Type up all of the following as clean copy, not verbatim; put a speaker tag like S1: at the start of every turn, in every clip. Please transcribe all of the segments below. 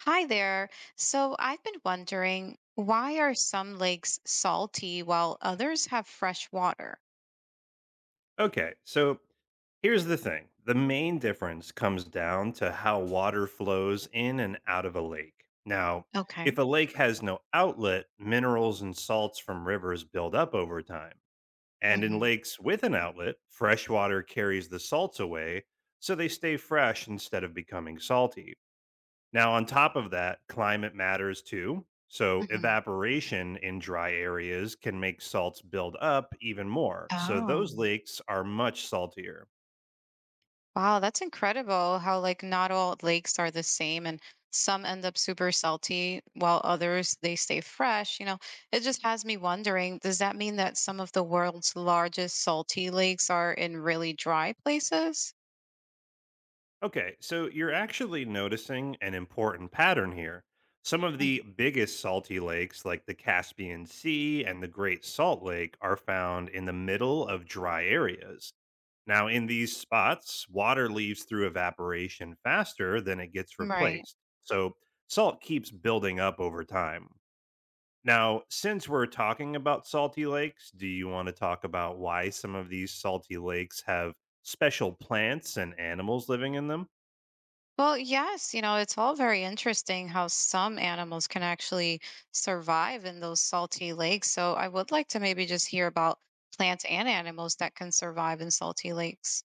S1: Hi there. So I've been wondering why are some lakes salty while others have fresh water?
S2: Okay, so here's the thing the main difference comes down to how water flows in and out of a lake. Now,
S1: Okay.
S2: if a lake has no outlet, minerals and salts from rivers build up over time. And in
S1: Hmm.
S2: lakes with an outlet, fresh water carries the salts away, so they stay fresh instead of becoming salty. Now, on top of that, climate matters too. So,
S1: Hmm.
S2: evaporation in dry areas can make salts build up even more. So,
S1: Oh,
S2: those lakes are much saltier.
S1: wow, that's incredible how like not all lakes are the same and some end up super salty while others they stay fresh. It just has me wondering, does that mean that some of the world's largest salty lakes are in really dry places?
S2: Okay, so you're actually noticing an important pattern here. Some of
S1: Hmm.
S2: the biggest salty lakes, like the Caspian Sea and the Great Salt Lake, are found in the middle of dry areas. Now, in these spots, water leaves through evaporation faster than it gets
S1: Right.
S2: replaced. So, salt keeps building up over time. Now, since we're talking about salty lakes, do you want to talk about why some of these salty lakes have special plants and animals living in them?
S1: Well, yes, it's all very interesting how some animals can actually survive in those salty lakes. So I would like to maybe just hear about plants and animals that can survive in salty lakes.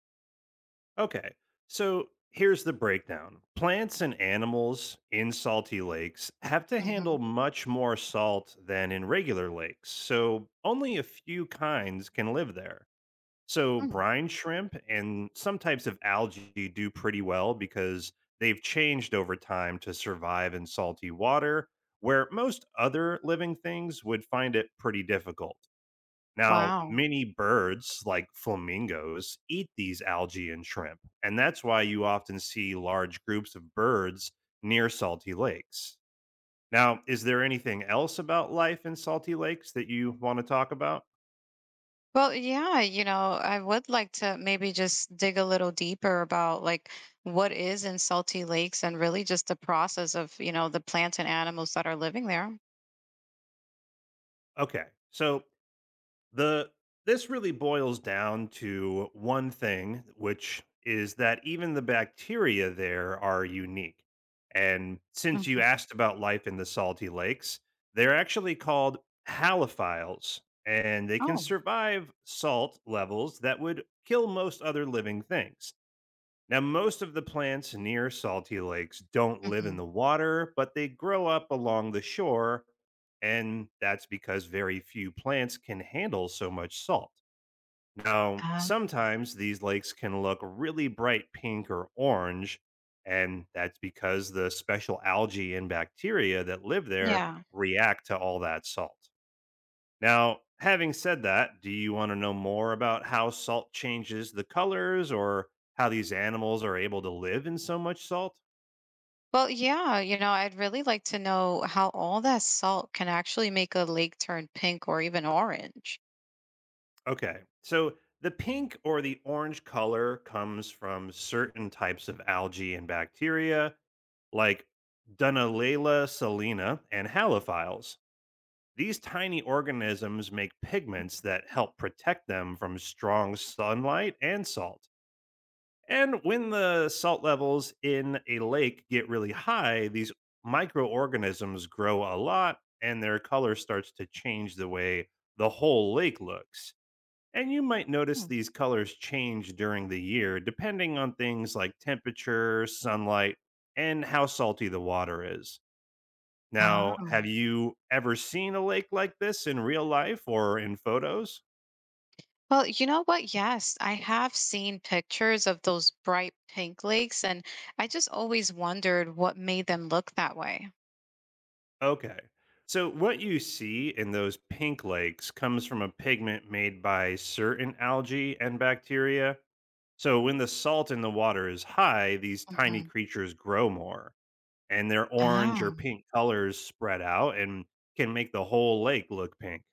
S2: Okay, so here's the breakdown plants and animals in salty lakes have to handle
S1: Hmm.
S2: much more salt than in regular lakes, so only a few kinds can live there. So brine shrimp and some types of algae do pretty well because they've changed over time to survive in salty water, where most other living things would find it pretty difficult. Now,
S1: Wow.
S2: many birds, like flamingos, eat these algae and shrimp, and that's why you often see large groups of birds near salty lakes. Now, is there anything else about life in salty lakes that you want to talk about?
S1: Well, yeah, I would like to maybe just dig a little deeper about like what is in salty lakes and really just the process of, the plants and animals that are living there.
S2: Okay. So, The this really boils down to one thing, which is that even the bacteria there are unique. And since you
S1: Hmm.
S2: asked about life in the salty lakes, they're actually called halophiles, and they can
S1: Oh.
S2: survive salt levels that would kill most other living things. Now, most of the plants near salty lakes don't live
S1: Hmm.
S2: in the water, but they grow up along the shore. And that's because very few plants can handle so much salt. Now,
S1: Uh,
S2: sometimes these lakes can look really bright pink or orange. And that's because the special algae and bacteria that live there
S1: yeah.
S2: react to all that salt. Now, having said that, do you want to know more about how salt changes the colors or how these animals are able to live in so much salt?
S1: Well, yeah, I'd really like to know how all that salt can actually make a lake turn pink or even orange.
S2: Okay, so the pink or the orange color comes from certain types of algae and bacteria like Dunalela salina and halophiles. These tiny organisms make pigments that help protect them from strong sunlight and salt. And when the salt levels in a lake get really high, these microorganisms grow a lot and their color starts to change the way the whole lake looks. And you might notice
S1: Hmm.
S2: these colors change during the year depending on things like temperature, sunlight, and how salty the water is. Now,
S1: Oh.
S2: have you ever seen a lake like this in real life or in photos?
S1: Well, you know what? Yes, I have seen pictures of those bright pink lakes, and I just always wondered what made them look that way.
S2: Okay. So, what you see in those pink lakes comes from a pigment made by certain algae and bacteria. So, when the salt in the water is high, these tiny
S1: Hmm.
S2: creatures grow more and their orange or
S1: Oh.
S2: pink colors spread out and can make the whole lake look pink.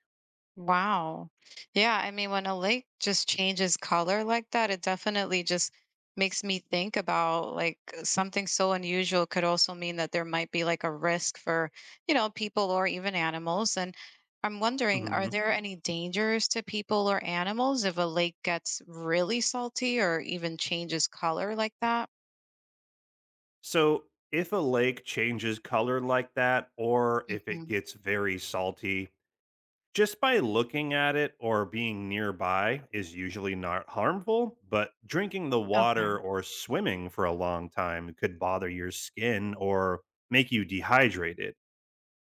S1: Wow. Yeah, I mean, when a lake just changes color like that, it definitely just makes me think about like something so unusual could also mean that there might be like a risk for people or even animals. And I'm wondering, are
S2: Mhm.
S1: there any dangers to people or animals if a lake gets really salty or even changes color like that?
S2: So, if a lake changes color like that, or if it
S1: Hmm.
S2: gets very salty, just by looking at it or being nearby is usually not harmful, but drinking the
S1: Okay.
S2: water or swimming for a long time could bother your skin or make you dehydrated.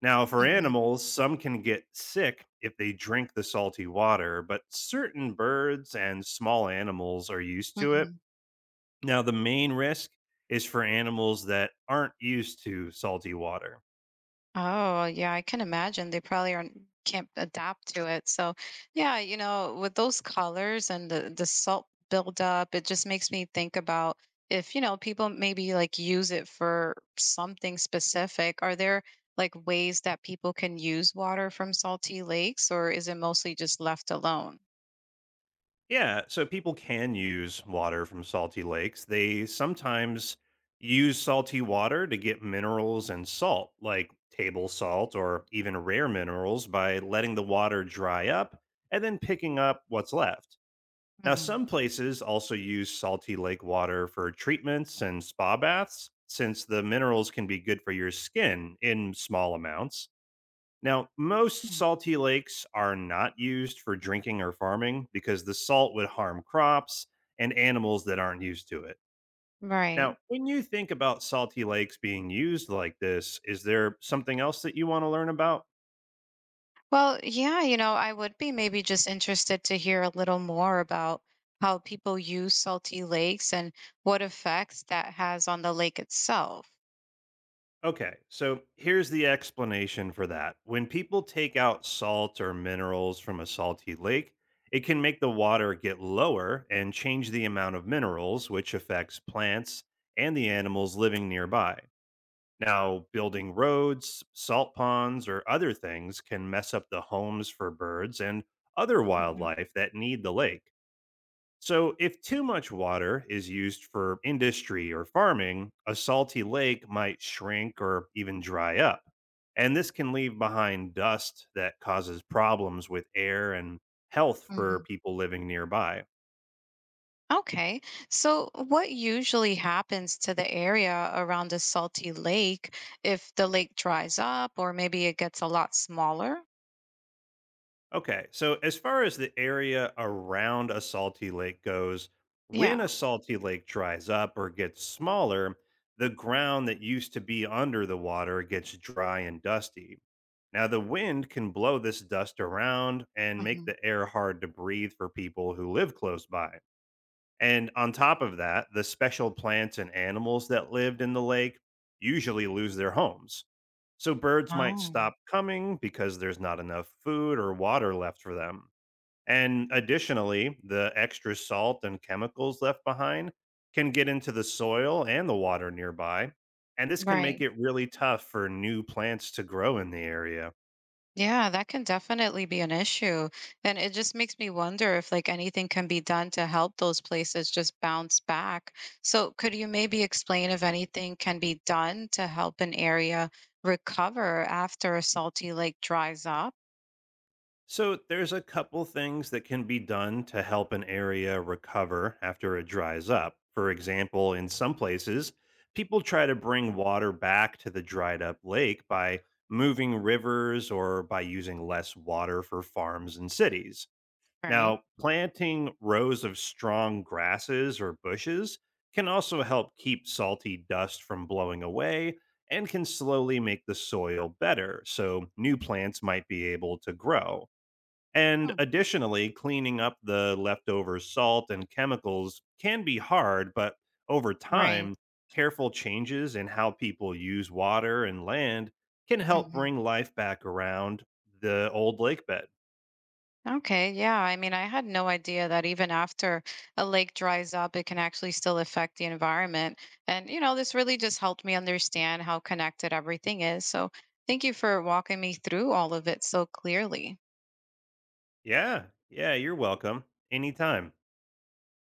S2: Now, for animals, some can get sick if they drink the salty water, but certain birds and small animals are used to it.
S1: Hmm.
S2: Now, the main risk is for animals that aren't used to salty water.
S1: Oh, yeah, I can imagine they probably aren't can't adapt to it. So, yeah, with those colors and the salt buildup, it just makes me think about if people maybe like use it for something specific. Are there like ways that people can use water from salty lakes, or is it mostly just left alone?
S2: Yeah, so people can use water from salty lakes. They sometimes use salty water to get minerals and salt, like table salt or even rare minerals, by letting the water dry up and then picking up what's left. Now,
S1: Mhm.
S2: some places also use salty lake water for treatments and spa baths, since the minerals can be good for your skin in small amounts. Now, most
S1: Mm.
S2: salty lakes are not used for drinking or farming because the salt would harm crops and animals that aren't used to it.
S1: Right.
S2: Now, when you think about salty lakes being used like this, is there something else that you want to learn about?
S1: Well, yeah, I would be maybe just interested to hear a little more about how people use salty lakes and what effects that has on the lake itself.
S2: Okay, so here's the explanation for that. When people take out salt or minerals from a salty lake, it can make the water get lower and change the amount of minerals, which affects plants and the animals living nearby. Now, building roads, salt ponds, or other things can mess up the homes for birds and other
S1: Mhm,
S2: wildlife that need the lake. So, if too much water is used for industry or farming, a salty lake might shrink or even dry up. And this can leave behind dust that causes problems with air and health for
S1: mhm.
S2: people living nearby.
S1: Okay, so what usually happens to the area around a salty lake if the lake dries up or maybe it gets a lot smaller?
S2: Okay, so as far as the area around a salty lake goes, when
S1: Yeah.
S2: a salty lake dries up or gets smaller, the ground that used to be under the water gets dry and dusty. Now, the wind can blow this dust around and make
S1: Mhm.
S2: the air hard to breathe for people who live close by. And on top of that, the special plants and animals that lived in the lake usually lose their homes. So birds might
S1: Oh.
S2: stop coming because there's not enough food or water left for them. And additionally, the extra salt and chemicals left behind can get into the soil and the water nearby. And this can make
S1: Right.
S2: it really tough for new plants to grow in the area.
S1: Yeah, that can definitely be an issue. And it just makes me wonder if like anything can be done to help those places just bounce back. So could you maybe explain if anything can be done to help an area recover after a salty lake dries up?
S2: So there's a couple things that can be done to help an area recover after it dries up. For example, in some places, people try to bring water back to the dried up lake by moving rivers or by using less water for farms and cities.
S1: Right.
S2: Now, planting rows of strong grasses or bushes can also help keep salty dust from blowing away and can slowly make the soil better so new plants might be able to grow. And
S1: Hmm.
S2: additionally, cleaning up the leftover salt and chemicals can be hard, but over
S1: Right.
S2: time, careful changes in how people use water and land can help
S1: Mhm.
S2: bring life back around the old lake bed.
S1: Okay, yeah. I mean, I had no idea that even after a lake dries up, it can actually still affect the environment. And this really just helped me understand how connected everything is. So thank you for walking me through all of it so clearly.
S2: Yeah, you're welcome. Anytime.